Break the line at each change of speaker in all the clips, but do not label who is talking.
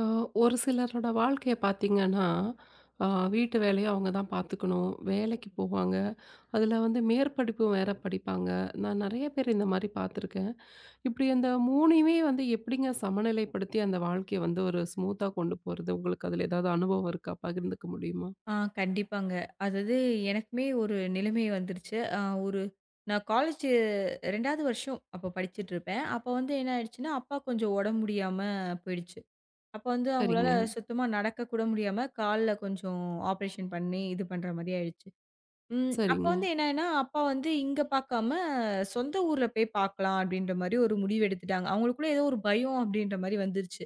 அ ஒரு சிலரோட வாழ்க்கைய பார்த்தீங்கன்னா, அ வீட்டு வேலைய அவங்க தான் பார்த்துக்கணும். வேலைக்கு போவாங்க. அதில வந்து மேற்படிப்பு வேற படிப்பாங்க. நான் நெறைய பேர் இந்த மாரி பார்த்துருக்கேன். இப்டி அந்த 3யுமே வந்து எப்டிங்க சமநிலைப்படுத்தி அந்த வாழ்க்கைய வந்து ஒரு ஸ்மூத்தா கொண்டு போறது? உங்களுக்கு அதில ஏதாவது அனுபவம் இருக்கா? பகிர்ந்துக்க முடியுமா?
ஆ கண்டிப்பாங்க. அதாவது எனக்குமே ஒரு நிலைமை வந்துருச்சு. அ ஒரு நான் காலேஜு 2வது வருஷம் அப்ப படிச்சுட்டுருப்பேன். அப்ப வந்து என்ன ஆயிடுச்சுன்னா, அப்பா கொஞ்சம் உடம்பு முடியாம போயிடுச்சு. அப்ப வந்து அவங்களால
சரிங்க,
சுத்தமா நடக்க கூட முடியாம, கால்ல கொஞ்சம் ஆப்ரேஷன் பண்ணி இது பண்ற மாரி ஆயிடுச்சு. ம். அப்ப
சரிங்க.
வந்து என்னன்னா, அப்பா வந்து இங்க பார்க்காம சொந்த ஊர்ல போய் பார்க்கலாம் அப்படின்ற மாரி ஒரு முடிவு எடுத்துட்டாங்க. அவங்களுக்குள்ள ஏதோ ஒரு பயம் அப்படின்ற மாரி வந்துருச்சு.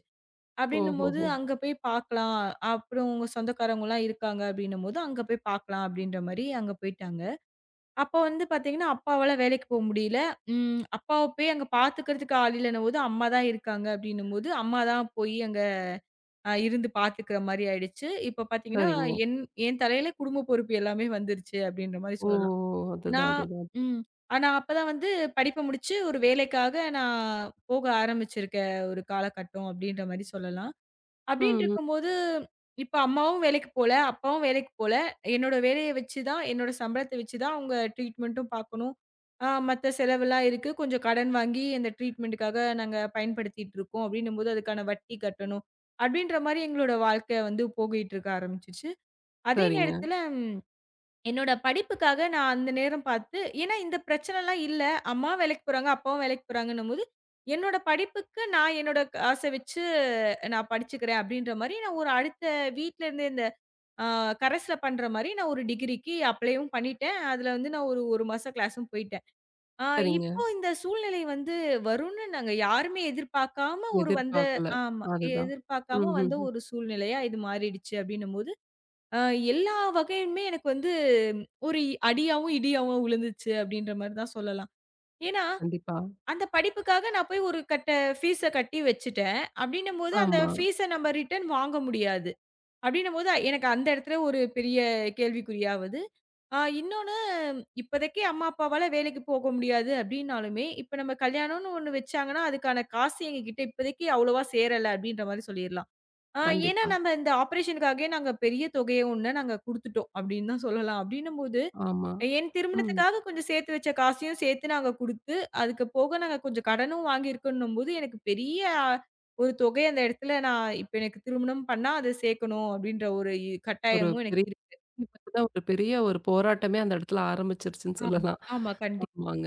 அப்படின்னும்போது,
ஓஹோஹோ!
அங்க போய் பார்க்கலாம். அப்புறம் உங்க சொந்தக்காரவங்கலாம் இருக்காங்க அப்படின்னும்போது, அங்க போய் பார்க்கலாம் அப்படின்ற மாரி அங்க போயிட்டாங்க. அப்ப வந்து பார்த்தீங்கன்னா, அப்பாவால வேலைக்கு போ முடியல. ம் அப்பாவ போய் அங்க பார்த்துக்கிறதுக்கு ஆள் இல்லன்னும்போது, அம்மா தான் இருக்காங்க அப்படின்னும்போது, அம்மா தான் போய் அங்க இருந்து பார்த்துக்கிற மாரி ஆயிடுச்சு. இப்ப பார்த்தீங்கன்னா,
சரிங்க.
என் என் தலையில குடும்ப பொறுப்பு எல்லாமே வந்துருச்சு அப்படின்ற மாரி
ஓ!
சொல்லலாம்.
அதுதான்,
நான்
அதுதான்.
ம். ஆனா அப்பதான் வந்து படிப்ப முடிச்சு ஒரு வேலைக்காக நான் போக ஆரம்பிச்சிருக்க ஒரு காலகட்டம் அப்படின்ற மாரி சொல்லலாம்.
ம்,
அப்டின்னு
ம்.
இருக்கும்போது, இப்ப அம்மாவும் வேலைக்கு போல, அப்பாவும் வேலைக்கு போல. என்னோட வேலைய வச்சு தான், என்னோட சம்பளத்த வச்சு தான் அவங்க ட்ரீட்மெண்ட்டும் பார்க்கணும். மத்த செலவெல்லாம் இருக்கு. கொஞ்சம் கடன் வாங்கி அந்த ட்ரீட்மெண்ட்டுக்காக நாங்க பயன்படுத்திட்டு இருக்கோம். அப்டின்னும்போது அதுக்கான வட்டி கட்டணும். அப்டின்ற மாரி எங்களோட வாழ்க்கை வந்து போகிட்டு இருக்க ஆரம்பிச்சுச்சு. அதே
சரிங்க,
நேரத்துல என்னோட படிப்புக்காக நான் அந்த நேரம் பார்த்து ஏன்னா இந்த பிரச்சனைலாம் இல்ல. அம்மாவும் வேலைக்கு போறாங்க, அப்பாவும் வேலைக்கு போறாங்கன்னும்போது, என்னோட படிப்புக்கு நான் என்னோட காச வச்சு நான் படிச்சுக்கிறேன் அப்படின்ற மாரி, நான் ஒரு அடுத்த வீட்லருந்து இந்த அ கரஸ்ல பண்ற மாரி நான் ஒரு டிகிரிக்கு அப்ளையும் பண்ணிட்டேன். அதுல வந்து நான் ஒரு 1 மாசம் கிளாஸும் போயிட்டேன். அ
சரிங்க.
இப்போ இந்த சூழ்நிலை வந்து வரும்னு நாங்க யாருமே எதிர்பார்க்காம ஒரு வந்த
எதிர்பார்க்கல.
ஆமா.
அதுதான்.
எதிர்பார்க்காம
ம், ம்,
வந்த
ம்.
ஒரு சூழ்நிலையா இது மாறிடுச்சு அப்படின்னும்போது அ எல்லா வகையுமே எனக்கு வந்து ஒரு அடியாவும், இடியாவும் விழுந்துச்சு அப்படின்ற மாரி தான் சொல்லலாம். ஏன்னா,
கண்டிப்பா.
அந்த படிப்புக்காக நான் போய் ஒரு கட்ட ஃபீஸ கட்டி வச்சுட்டேன். அப்படின்னும்போது அந்த
ஆமா.
ஃபீஸ நம்ம ரிட்டர்ன் வாங்க முடியாது. அப்படின்னும்போது எனக்கு அந்த இடத்துல ஒரு பெரிய கேள்விக்குறியாவுது. இன்னொன்னு இப்போதைக்கு அம்மா, அப்பாவால வேலைக்கு போக முடியாது அப்படின்னாலுமே, இப்ப நம்ம கல்யாணம்னு ஒண்ணு வச்சாங்கன்னா, அதுக்கான காசு எங்ககிட்ட இப்போதைக்கு அவ்வளவா சேரல அப்படின்ற மாரி சொல்லிரலாம். ஆ ஏன்னா
கண்டிப்பா.
நம்ம இந்த ஆப்பரேஷனுக்காகவே நாங்க பெரிய தொகைய ஒண்ணு நாங்க குடுத்துட்டோம் அப்படின்னு தான் சொல்லலாம். அப்படின்னும்போது,
ஆமா.
என்
ம்.
திருமணத்துக்காக கொஞ்சம் சேர்த்து வச்ச காசையும் சேர்த்து நாங்க குடுத்து, அதுக்கு போக நாங்க கொஞ்சம் கடனும் வாங்கியிருக்கோன்னும்போது, எனக்கு பெரிய ஒரு தொகை அந்த இடத்துல நான் இப்ப எனக்கு திருமணம் பண்ணா அத சேர்க்கணும் அப்படின்ற ஒரு
ஒரு
கட்டாயமும் எனக்கு
பெரிய
இருக்கு.
தான் ஒரு பெரிய ஒரு போராட்டமே அந்த இடத்துல ஆரம்பிச்சிருச்சுன்னு
ஆமா,
சொல்லலாம்.
ஆமா. கண்டிப்பா.
ஆமாங்க.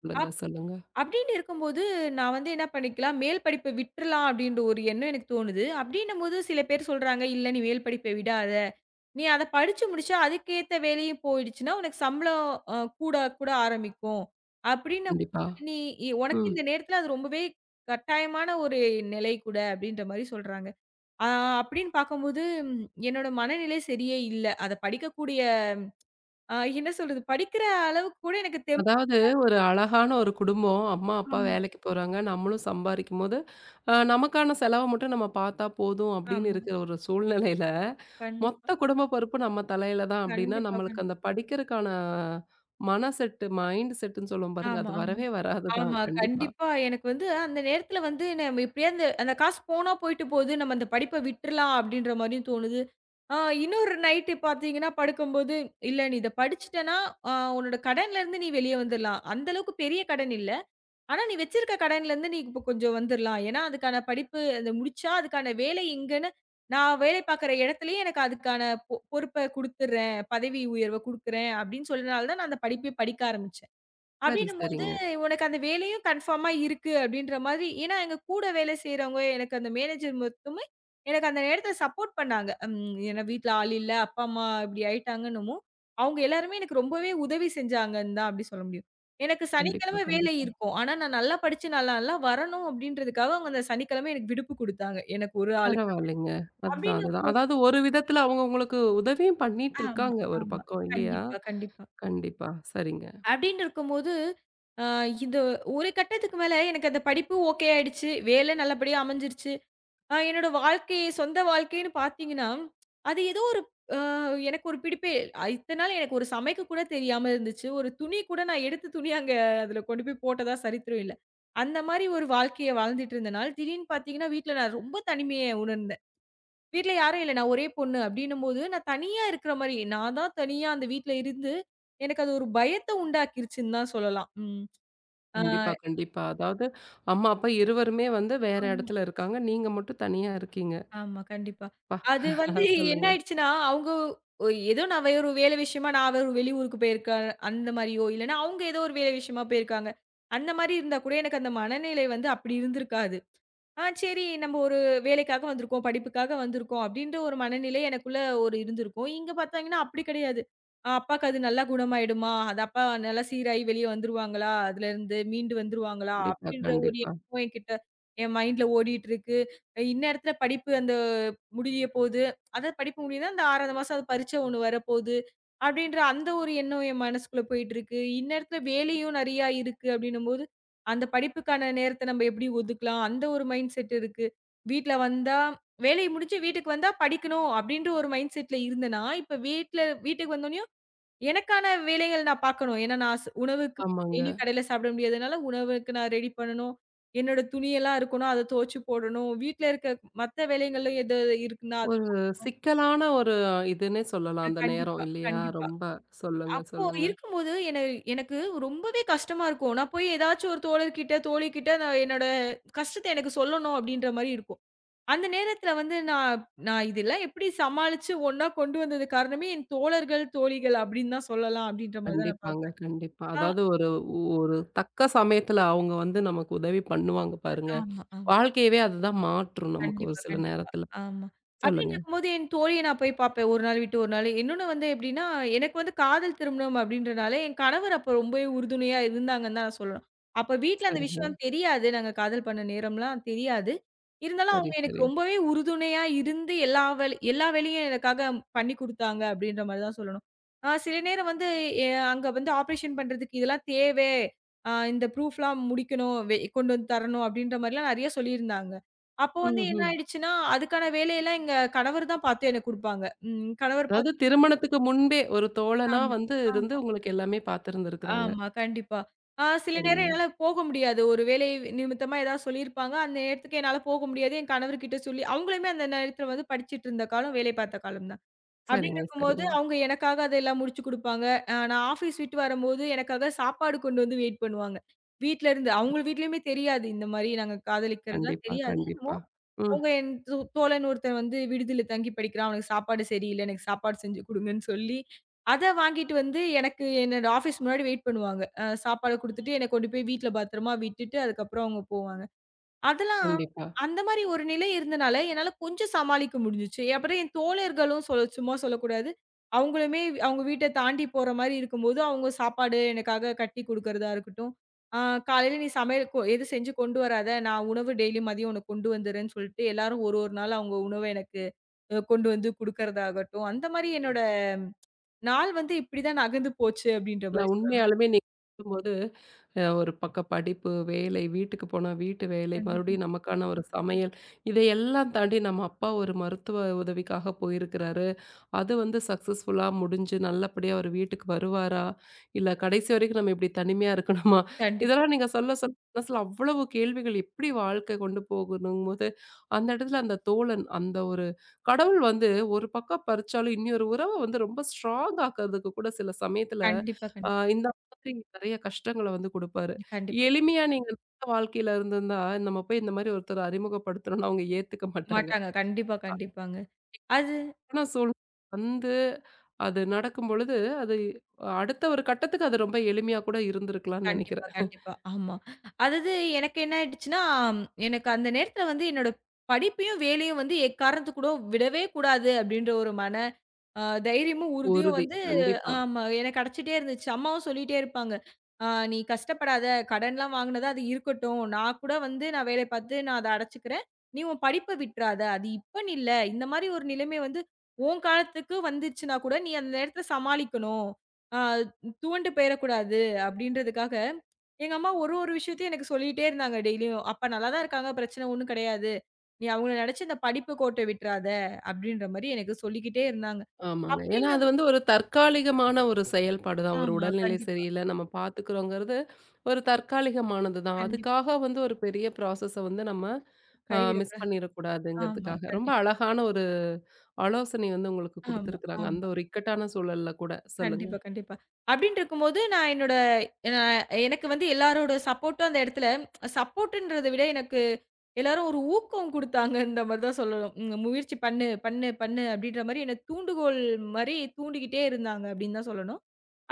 சொல்லுங்க,
அப்
சொல்லுங்க.
அப்படின்னு இருக்கும்போது, நான் வந்து என்ன பண்ணிக்கலாம், மேல் படிப்ப விட்டுறலாம் அப்படின்ற ஒரு எண்ணம் எனக்கு தோணுது. அப்படின்னும்போது சில பேர் சொல்றாங்க, "இல்ல நீ மேல் படிப்பை விடாத." நீ அத படிச்சு முடிச்சா, அதுக்கேத்த வேலையும் போயிடுச்சுன்னா, உனக்கு சம்பளம் கூட கூட ஆரம்பிக்கும். அப்டின்னும்
கண்டிப்பா.
போது நீ உனக்கு
ம்.
இந்த நேரத்துல அது ரொம்பவே கட்டாயமான ஒரு நிலை கூட அப்டின்ற மாரி சொல்றாங்க. ஆ அப்டின்னு பார்க்கும்போது, ம், என்னோட மனநிலை சரியே இல்ல. அத படிக்கக்கூடிய என்ன சொல்றது? படிக்கிற அளவுக்கு கூட எனக்கு தெம்பு
அதாவது ஒரு அழகான ஒரு குடும்பம். அம்மா, அப்பா
ஆமா,
வேலைக்கு போறாங்க. நம்மளும் சம்பாரிக்கும்போது, நமக்கான செலவ மட்டும் நம்ம பார்த்தா போதும் அப்படின்னு
ஆமா.
இருக்கிற ஒரு சூழ்நிலையில,
கண்டிப்பா,
மொத்த குடும்ப பொறுப்பு நம்ம தலையில தான் அப்படின்னா,
கண்டிப்பா,
நம்மளுக்கு
கண்டிப்பா.
அந்த படிக்கிறதுக்கான மன செட்டு, மைண்ட் செட்டுன்னு சொல்லுவோம் பாருங்க,
ஆமா,
அது
ஆமா.
வரவே வராது தான்.
ஆமா.
கண்டிப்பா.
கண்டிப்பா. எனக்கு வந்து அந்த நேரத்துல வந்து நம்ம எப்படியாவது அந்த அந்த காசு போனா போயிட்டு போகுது. நம்ம அந்த படிப்ப விட்டுறலாம் அப்படின்ற மாரியும் தோணுது. ஆ இன்னொரு நைட்டு பார்த்தீங்கன்னா, படுக்கும்போது, "இல்ல நீ இத படிச்சுட்டனா, உன்னோட கடன்லருந்து நீ வெளிய வந்துரலாம். அந்த அளவுக்கு பெரிய கடன் இல்ல. ஆனா நீ வச்சிருக்க கடன்லருந்து நீ இப்ப கொஞ்சம் வந்துரலாம். ஏன்னா அதுக்கான படிப்பு அத முடிச்சா, அதுக்கான வேலை இங்கன்னு நான் வேலை பார்க்குற இடத்துலயே எனக்கு அதுக்கான பொறுப்ப குடுத்துர்றேன். பதவி உயர்வ குடுக்குறேன்" அப்படின்னு சொன்னனால தான் நான் அந்த படிப்பே படிக்க ஆரம்பிச்சேன்.
சரி,
அப்படின்னும்போது,
சரிங்க.
"உனக்கு அந்த வேலையும் கன்ஃபார்மா இருக்கு." அப்படின்ற மாதிரி ஏன்னா எங்க கூட வேலை செய்றவங்க, எனக்கு அந்த மேனேஜர் மட்டுமே எனக்கு அந்த நேரத்தில சப்போர்ட் பண்ணாங்க. ம் ஏன்னா வீட்ல ஆள் இல்ல, அப்பா, அம்மா இப்படி ஆயிட்டாங்கன்னுமும், அவங்க எல்லாருமே எனக்கு ரொம்பவே உதவி செஞ்சாங்கன்னு தான் அப்படி சொல்ல முடியும். எனக்கு
கண்டிப்பா,
சனிக்கிழமை வேலை
கண்டிப்பா.
இருக்கும். ஆனா நான் நல்லா படிச்சு, நல்லா நல்லா வரணும் அப்படின்றதுக்காக அவங்க அந்த சனிக்கிழமை எனக்கு விடுப்பு குடுத்தாங்க. எனக்கு ஒரு ஆளுக்கு.
பரவாயில்லைங்க. அதுதான், அதுதான்.
அப்படின்னும்போது
அதாவது ஒரு விதத்துல அவங்க உங்களுக்கு உதவியும் பண்ணிட்டு
ஆமா,
இருக்காங்க ஒரு
ஆமா.
பக்கம் இல்லையா?
கண்டிப்பா, கண்டிப்பா.
கண்டிப்பா. சரிங்க.
அப்படின்னு இருக்கும்போது, அ இந்த ஒரு கட்டத்துக்கு மேல எனக்கு அந்த படிப்பு ஓகே ஆயிடுச்சு. வேலை நல்லபடியா அமைஞ்சிருச்சு. என்னோட வாழ்க்கை, சொந்த வாழ்க்கைன்னு பார்த்தீங்கன்னா, அது ஏதோ ஒரு அ எனக்கு ஒரு பிடிப்பே இத்தன நாள் எனக்கு ஒரு சமைக்க கூட தெரியாம இருந்துச்சு. ஒரு துணி கூட நான் எடுத்து துணி அங்க அதில கொண்டு போய் போட்டதா சரித்திரம் இல்ல. அந்த மாரி ஒரு வாழ்க்கைய வாழ்ந்துட்டு இருந்தனால, திடீர்னு பார்த்தீங்கன்னா, வீட்ல நான் ரொம்ப தனிமைய உணர்ந்தேன். வீட்ல யாரும் இல்ல. நான் ஒரே பொண்ணு அப்டின்னும்போது, நான் தனியா இருக்கிற மாரி, நான் தான் தனியா அந்த வீட்ல இருந்து, எனக்கு அது ஒரு பயத்த உண்டாக்கிருச்சுன்னு தான் சொல்லலாம். ம். ஆ.
கண்டிப்பா, கண்டிப்பா. அதாவது அம்மா, அப்பா இருவருமே வந்து வேற
ஆமா.
இடத்துல இருக்காங்க. நீங்க மட்டும் தனியா இருக்கீங்க.
ஆமா. கண்டிப்பா.
அப்பா!
அது வந்து என்ன
சொல்லுங்க.
ஆயிடுச்சுன்னா, அவங்க ஏதோ நான் வேற ஒரு வேலை விஷயமா நான் வேற ஒரு வெளியூருக்கு போயிருக்கேன். அந்த மாரியோ, இல்லன்னா அவங்க ஏதோ ஒரு வேலை விஷயமா போயிருக்காங்க. அந்த மாரி இருந்தா கூட எனக்கு அந்த மனநிலை வந்து அப்டி இருந்திருக்காது. சரி, நம்ம ஒரு வேலைக்காக வந்திருக்கோம், படிப்புக்காக வந்திருக்கோம் அப்டின்ற ஒரு மனநிலை எனக்குள்ள ஒரு இருந்திருக்கும். இங்க பார்த்தாங்கன்னா அப்டி கிடையாது. அப்பாக்கு அது நல்லா குணமாயிடுமா? அது அப்பா நல்லா சீராகி வெளிய வந்துருவாங்களா? அதுலருந்து மீண்டு வந்துருவாங்களா?
கண்டிப்பா,
அப்டின்ற ஒரு
கண்டிப்பா.
எண்ணம் என்கிட்ட என் மைண்ட்ல ஓடிட்டுருக்கு. இந்நேரத்துல படிப்பு அந்த முடிய போது. அதாவது படிப்பு முடியுதுன்னா, இந்த 6வது மாசம் அது பரீட்சை ஒண்ணு வரப்போது. அப்டின்ற அந்த ஒரு எண்ணம் என் மனசுக்குள்ள போயிட்டுருக்கு. இந்நேரத்துல வேலையும் நெறையா இருக்கு அப்டின்னும்போது அந்த படிப்புக்கான நேரத்த நம்ம எப்படி ஒதுக்கலாம்? அந்த ஒரு மைண்ட் செட் இருக்கு. வீட்ல வந்தா வேலைய முடிச்சு வீட்டுக்கு வந்தா படிக்கணும் அப்படின்ற ஒரு மைண்ட் செட்ல இருந்தேன்னா, இப்ப வீட்ல வீட்டுக்கு வந்தோனயும் எனக்கான வேலைகள் நான் பார்க்கணும். ஏன்னா நான் உணவுக்கு
ஆமாங்க.
டெய்லி கடையில சாப்பிட முடியாதனால உணவுக்கு நான் ரெடி பண்ணணும். என்னோட துணியெல்லாம் இருக்கணும். அத துவச்சு போடணும். வீட்ல இருக்க மத்த வேலைகளும் எது இருக்குன்னா, அது-
ஒரு சிக்கலான ஒரு இதுன்னே சொல்லலாம் அந்த நேரம்
கண்டிப்பா,
இல்லையா?
கண்டிப்பா.
ரொம்ப சொல்லுங்க,
அப்போ
சொல்லுங்க.
இருக்கும்போது எனக்கு ரொம்பவே கஷ்டமா இருக்கும். நான் போய் ஏதாச்சும் ஒரு தோழர்கிட்ட, தோழிகிட்ட நான் என்னோட கஷ்டத்த எனக்கு சொல்லணும் அப்படின்ற மாரி இருக்கும். அந்த நேரத்துல வந்து நான் நான் இதெல்லாம் எப்படி சமாளிச்சு ஒண்ணா கொண்டு வந்தது காரணமே என் தோழர்கள், தோழிகள் அப்படின்னு தான் சொல்லலாம் அப்படின்ற மாரி தான் நான்
கண்டிப்பாங்க,
பார்ப்பேன்.
கண்டிப்பா.
ஆ,
அதாவது ஒரு ஒரு தக்க சமயத்துல அவங்க வந்து நமக்கு உதவி பண்ணுவாங்க பாருங்க.
ஆமா.
வாழ்க்கையவே அதுதான் மாற்றும் நமக்கு ஒரு
கண்டிப்பா,
சில
கண்டிப்பா.
நேரத்துல.
ஆமா. அப்படின்னு
சொல்லுங்க.
இருக்கும்போது என் தோழிய நான் போய் பார்ப்பேன். ஒரு நாள் விட்டு ஒரு நாள். இன்னொன்னு வந்து எப்படின்னா, எனக்கு வந்து காதல் திருமணம் அப்படின்றனால, என் கணவர் அப்ப ரொம்பவே உறுதுணையா இருந்தாங்கன்னு தான் நான் சொல்லணும். அப்ப வீட்ல அந்த
சரிங்க.
விஷயம் தெரியாது. நாங்க காதல் பண்ண நேரம்லாம் தெரியாது. இருந்தாலும்
சரி,
அவங்க எனக்கு
சரி.
ரொம்பவே உறுதுணையா இருந்து எல்லா வேலையும் எனக்காக பண்ணி குடுத்தாங்க அப்படின்ற மாரி தான் சொல்லணும். சில நேரம் வந்து எ அங்க வந்து ஆப்ரேஷன் பண்றதுக்கு இதெல்லாம் தேவை. இந்த ப்ரூஃப்லாம் முடிக்கணும். கொண்டு வந்து தரணும் அப்படின்ற மாரிலாம் நெறைய சொல்லியிருந்தாங்க. அப்போ வந்து என்ன
ம்ஹ்ம்.
ஆயிடுச்சுன்னா, அதுக்கான வேலையெல்லாம் எங்க கணவர் தான் பார்த்து எனக்கு குடுப்பாங்க. ம். கணவர் பார்த்து
அதாவது திருமணத்துக்கு முன்பே ஒரு தோழனா
ஆமா,
வந்து இருந்து
ஆமா,
உங்களுக்கு எல்லாமே பார்த்திருந்திருக்கிறாங்க.
ஆமா. கண்டிப்பா. சில நேரம்
சரிங்க,
என்னால போக முடியாது. ஒரு வேலை நிமித்தமா ஏதாவது சொல்லியிருப்பாங்க. அந்த நேரத்துக்கு என்னால போக முடியாது. என் கணவர்கிட்ட சொல்லி அவங்களுமே அந்த நேரத்தில வந்து படிச்சுட்டு இருந்த காலம், வேலை பார்த்த காலம் தான். அப்படின்னு
சரிங்க,
இருக்கும்போது,
சரிங்க.
அவங்க எனக்காக அதெல்லாம் முடிச்சு குடுப்பாங்க. நான் ஆஃபீஸ் விட்டு வரும்போது எனக்காக சாப்பாடு கொண்டு வந்து வெயிட் பண்ணுவாங்க. வீட்ல இருந்து. அவங்க வீட்லயுமே தெரியாது. இந்த மாரி நாங்க காதலிக்கிறதுலாம்
கண்டிப்பா,
தெரியாது. என்னமோ
கண்டிப்பா. ம்.
அவங்க என் தோழன் ஒருத்தன் வந்து விடுதியில தங்கி படிக்கிறான். அவனுக்கு சாப்பாடு சரியில்ல. எனக்கு சாப்பாடு செஞ்சு குடுங்கன்னு சொல்லி, அத வாங்கிட்டு வந்து எனக்கு என்னோட ஆஃபீஸ் முன்னாடி வெயிட் பண்ணுவாங்க. சாப்பாட குடுத்துட்டு, என்ன கொண்டு போய் வீட்ல பத்திரமா விட்டுட்டு, அதுக்கப்புறம் அவங்க போவாங்க. அதெல்லாம்
கண்டிப்பா.
அந்த மாரி ஒரு நிலை இருந்தனால, என்னால கொஞ்சம் சமாளிக்க முடிஞ்சுச்சு. அப்புறம் என் தோழர்களும் சும்மா சொல்லக்கூடாது. அவங்களுமே அவங்க வீட்ட தாண்டி போற மாரி இருக்கும்போது, அவங்க சாப்பாடு எனக்காக கட்டி குடுக்கறதா இருக்கட்டும். ஆ "காலையில நீ சமையல் எதுவும் செஞ்சு கொண்டு வராத. நான் உணவு டெய்லி மதியம் உனக்கு கொண்டு வந்துர்றேன்னு" சொல்லிட்டு எல்லாரும் ஒரு ஒரு நாள் அவங்க உணவ எனக்கு கொண்டு வந்து குடுக்கறதாகட்டும். அந்த மாரி என்னோட நாள் வந்து இப்படிதான் நகர்ந்து போச்சு அப்படின்ற
இல்ல
மாரி சொல்லலாம்.
உண்மையாலுமே நீங்க சொல்லும்போது ஒரு பக்கம் படிப்பு, வேலை, வீட்டுக்கு போனா வீட்டு வேலை,
கண்டிப்பா.
மறுபடியும் நமக்கான ஒரு சமையல், இதையெல்லாம் தாண்டி நம்ம அப்பா ஒரு மருத்துவ உதவிக்காக போயிருக்கிறாரு. அது வந்து சக்சஸ்ஃபுல்லா முடிஞ்சு நல்லபடியா அவரு வீட்டுக்கு வருவாரா? இல்ல கடைசி வரைக்கும் நம்ம இப்படி தனிமையா இருக்கணுமா?
கண்டிப்பா.
இதெல்லாம் நீங்க சொல்ல சொல்ல மனசுல அவ்வளவு கேள்விகள். எப்படி வாழ்க்கை கொண்டு போகணும்போது, அந்த இடத்துல அந்த தோழன், அந்த ஒரு கடவுள் வந்து ஒரு பக்கம் பறிச்சாலும் இன்னொரு உறவ வந்து ரொம்ப ஸ்ட்ராங் ஆக்குறதுக்கு கூட சில சமயத்துல
கண்டிப்பா, கண்டிப்பா.
இந்த மாதிரி நெறைய கஷ்டங்கள வந்து குடுப்பாரு.
கண்டிப்பா.
எளிமையா நீங்க நல்ல வாழ்க்கையில இருந்திருந்தா, நம்ம போய் இந்த மாரி ஒருத்தர அறிமுகப்படுத்தணும்னா அவங்க ஏத்துக்க மாட்டாங்க.
மாட்டாங்க. கண்டிப்பா, கண்டிப்பாங்க. அது
ஆனா வந்து அது நடக்கும்பொழுது, அது அடுத்த ஒரு கட்டத்துக்கு அது ரொம்ப எளிமையா கூட இருந்திருக்கலாம்னு
கண்டிப்பா,
நெனைக்கிறேன்.
கண்டிப்பா. ஆமா. அதாவது எனக்கு என்ன ஆயிடுச்சுன்னா, எனக்கு அந்த நேரத்துல வந்து என்னோட படிப்பையும், வேலையும் வந்து எக்காரணத்துக் கூட விடவே கூடாது அப்டின்ற ஒரு மன தைரியமும், உறுதியும் ம்.
உறுதி.
வந்து
கண்டிப்பா.
ஆமா. எனக்கு கிடைச்சிட்டே இருந்துச்சு. அம்மாவும் சொல்லிட்டே இருப்பாங்க. "அ நீ கஷ்டப்படாத. கடன்லாம் வாங்குனது அது இருக்கட்டும். நான் கூட வந்து நான் வேலை பார்த்து நான் அத அடைச்சுக்கிறேன். நீ உன் படிப்ப விட்றாத. அது இப்பன்னு இல்ல. இந்த மாரி ஒரு நிலைமை வந்து உன் காலத்துக்கு வந்துச்சுன்னா கூட, நீ அந்த நேரத்துல சமாளிக்கணும். அ துவண்டு போயிறக்கூடாது." அப்படின்றதுக்காக, எங்க அம்மா ஒரு ஒரு விஷயத்தையும் எனக்கு சொல்லிட்டே இருந்தாங்க டெய்லியும். "அப்பா நல்லா தான் இருக்காங்க. பிரச்சனை ஒண்ணும் கிடையாது. நீ அவங்கள நெனச்சு இந்த படிப்பு கோட்ட விட்றாத." அப்படின்ற மாரி எனக்கு சொல்லிக்கிட்டே இருந்தாங்க.
ஆமாங்க. ஏன்னா அது
அப்டின்னும்
வந்து ஒரு தற்காலிகமான ஒரு செயல்பாடு தான். ஒரு
ஆமா.
உடல்நிலை
கண்டிப்பா,
சரியில்ல, நம்ம பார்த்துக்கிறோங்கிறது ஒரு தற்காலிகமானது தான்.
கண்டிப்பா.
அதுக்காக வந்து ஒரு பெரிய ப்ராசஸ வந்து நம்ம மிஸ்
கைவிடக்கூடாது. ஆமா.
பண்ணிறக்கூடாதுங்கிறதுக்காக. ரொம்ப
கண்டிப்பா.
அழகான ஒரு ஆலோசனை வந்து உங்களுக்கு
ஆமா,
குடுத்துருக்குறாங்க. அந்த
ஆமா.
ஒரு இக்கட்டான சூழல்ல கூட. சொல்லுங்க.
கண்டிப்பா, கண்டிப்பா. அப்டின்ட்டு இருக்கும்போது நான் என்னோட நா எனக்கு வந்து எல்லாரோட சப்போர்ட்டும் அந்த இடத்துல சப்போர்ட்ன்றத விட எனக்கு எல்லாரும் ஒரு ஊக்கம் குடுத்தாங்கன்ற மாரி தான் சொல்லணும். ம் "முயற்சி பண்ணு, பண்ணு, பண்ணு" அப்டின்ற மாரி என்ன தூண்டுகோல் மாரி தூண்டிக்கிட்டே இருந்தாங்க அப்டின்னு தான் சொல்லணும்.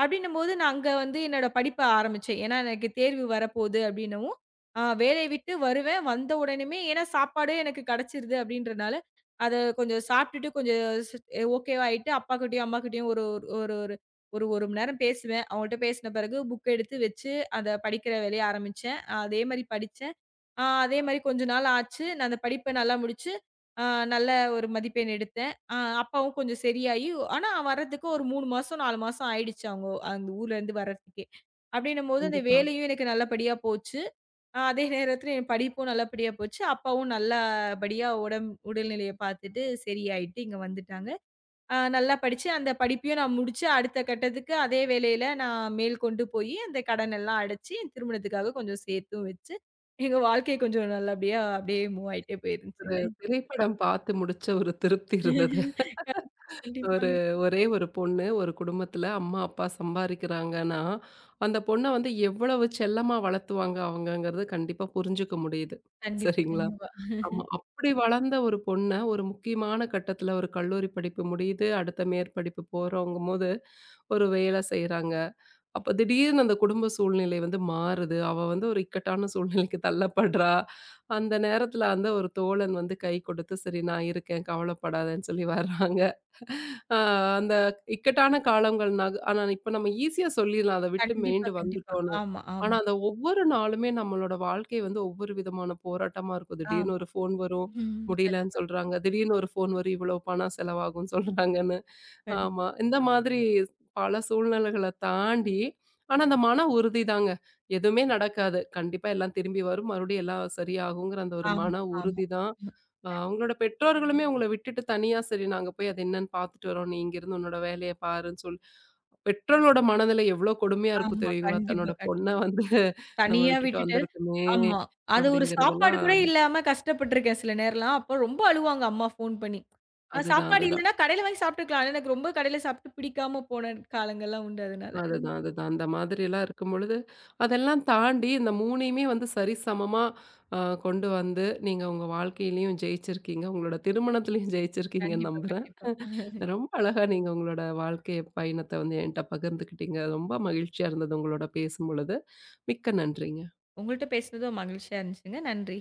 அப்படின்னும்போது, நான் அங்க வந்து என்னோட படிப்ப ஆரம்பிச்சேன். ஏன்னா, எனக்கு தேர்வு வரப்போது அப்படின்னவும், வேலைய விட்டு வருவேன். வந்த உடனுமே ஏன்னா சாப்பாடு எனக்கு கிடைச்சிருது அப்படின்றனால, அத கொஞ்சம் சாப்பிட்டுட்டு கொஞ்சம் ஸ் ஓகேவா ஆயிட்டு, அப்பாகிட்டயும், அம்மாகிட்டயும் ஒரு ஒரு ஒரு ஒரு 1 மணி நேரம் பேசுவேன். அவங்கள்ட்ட பேசின பிறகு புக் எடுத்து வச்சு, அத படிக்கிற வேலைய ஆரம்பிச்சேன். அதே மாரி படிச்சேன். அதே மாரி கொஞ்ச நாள் ஆச்சு. நான் அந்த படிப்ப நல்லா முடிச்சு, ஆ நல்ல ஒரு மதிப்பெண் எடுத்தேன். அப்பாவும் கொஞ்சம் சரியாயி, ஆனா வர்றதுக்கு ஒரு 3 மாசம், 4 மாசம் ஆயிடுச்சு அவங்க அந்த ஊர்லேருந்து வர்றதுக்கே. அப்படின்னும்போது அந்த
கண்டிப்பா.
வேலையும் எனக்கு நல்லபடியா போச்சு. அதே நேரத்தில என் படிப்பும் நல்லபடியா போச்சு. அப்பாவும் நல்லபடியா உடல்நிலைய பார்த்துட்டு சரியாயிட்டு இங்க வந்துட்டாங்க. நல்லா படிச்சு, அந்த படிப்பையும் நான் முடிச்சு, அடுத்த கட்டத்துக்கு அதே வேலையில நான் மேல்கொண்டு போயி, அந்த கடனெல்லாம் அடைச்சு, என் திருமணத்துக்காக கொஞ்சம் சேர்த்தும் வச்சு, எங்க வாழ்க்கை கொஞ்சம் நல்லபடியா அப்படியே மூவ் ஆயிட்டே போயிருந்துச்சுங்க.
திரைப்படம் பார்த்து முடிச்ச ஒரு திருப்தி இருந்தது. ஒரு
கண்டிப்பாங்க.
ஒரே ஒரு பொண்ணு, ஒரு குடும்பத்துல அம்மா, அப்பா சம்பாரிக்கிறாங்கன்னா, அந்த பொண்ண வந்து எவ்வளவு செல்லமா வளர்த்துவாங்க அவங்கங்கிறது கண்டிப்பா புரிஞ்சுக்க முடியுது.
கண்டிப்பா, ம்.
சரிங்களா?
கண்டிப்பா.
ஆமா. அப்படி வளர்ந்த ஒரு பொண்ண, ஒரு முக்கியமான கட்டத்துல ஒரு கல்லூரி படிப்பு முடியுது. அடுத்த மேற்படிப்பு போறோங்கும்போது, ஒரு வேலை செய்றாங்க. அப்ப திடீர்னு அந்த குடும்ப சூழ்நிலை வந்து மாறுது. அவ வந்து ஒரு இக்கட்டான சூழ்நிலைக்கு தள்ளப்படுறா. அந்த நேரத்துல அந்த ஒரு தோழன் வந்து கை கொடுத்து, "சரி நான் இருக்கேன், கவலைப்படாதன்னு" சொல்லி வர்றாங்க. அ அந்த இக்கட்டான காலங்கள் நக ஆனா இப்ப நம்ம ஈஸியா சொல்லிர்லாம், அத விட்டு
கண்டிப்பா,
மீண்டு
கண்டிப்பா.
வந்துட்டோம்ன்னு.
ஆமா,
ஆனா
ஆமா,
அந்த ஒவ்வொரு நாளுமே நம்மளோட வாழ்க்கை வந்து ஒவ்வொரு விதமான போராட்டமா இருக்கும். திடீர்னு
ஆமா.
ஒரு ஃபோன் வரும்,
ம்.
முடியலன்னு
கண்டிப்பா.
சொல்றாங்க. திடீர்னு ஒரு ஃபோன் வரும், இவ்வளோ பணம் செலவாகும்ன்னு சொல்றாங்கன்னு.
கண்டிப்
ஆமா. இந்த மாதிரி பல சூழ்நிலைகள தாண்டி, ஆனா அந்த மன உறுதி தாங்க. எதுவுமே நடக்காது. கண்டிப்பா எல்லாம் திரும்பி வரும். மறுபடியும் எல்லாம் சரியாகுங்கிற அந்த ஒரு
ஆமா,
மன
ஆமா.
உறுதி தான். அவங்களோட பெற்றோர்களுமே உங்கள விட்டுட்டு தனியா சரி நாங்க போய் அது என்னன்னு பார்த்துட்டு வரோம். நீ இங்கிருந்து உன்னோட வேலைய பாருன்னு சொல்லி பெற்றோர்களோட மனநிலை எவ்ளோ கொடுமையா இருக்கும்
ஆமா.
தெரியுங்களா?
கண்டிப்பா,
தன்னோட பொண்ண
கண்டிப்பா.
வந்து நம்ம
தனியா
விட்டுட்டு
விட்டுட்டு
வந்திருக்கோமே!
ஆமா. அது ஒரு சாப்பாடு கூட
அப்படிங்கிறதெல்லாம்
இல்லாம கஷ்டப்பட்டுருக்கேன் சில நேரம்லாம். அப்ப ரொம்ப அழுவாங்க அம்மா ஃபோன் பண்ணி.
அதுதான்,
சாப்பாடு
அதுதான்.
இல்லன்னா கடையில வாங்கி சாப்பிட்டுக்கலாம். ஆனா எனக்கு ரொம்ப கடையில சாப்பிட்டு பிடிக்காம போன காலங்கள்லாம் உண்டு அதனால.
அதுதான், அதுதான். அந்த மாதிரியெல்லாம் இருக்கும்பொழுது, அதெல்லாம் தாண்டி இந்த 3யுமே வந்து சரிசமமா அ கொண்டு வந்து, நீங்க உங்க வாழ்க்கையிலயும் ஜெயிச்சிருக்கீங்க. உங்களோட திருமணத்திலயும் ஜெயிச்சிருக்கீங்கன்னு
கண்டிப்பா,
நம்புறேன்.
கண்டிப்பா.
ரொம்ப அழகா நீங்க உங்களோட வாழ்க்கை பயணத்த வந்து என்ட்ட பகிர்ந்துக்கிட்டீங்க. ரொம்ப மகிழ்ச்சியா இருந்தது உங்களோட பேசும்பொழுது. மிக்க நன்றிங்க.
உங்கள்ட்ட பேசுனதும் மகிழ்ச்சியா இருந்துச்சுங்க. நன்றி.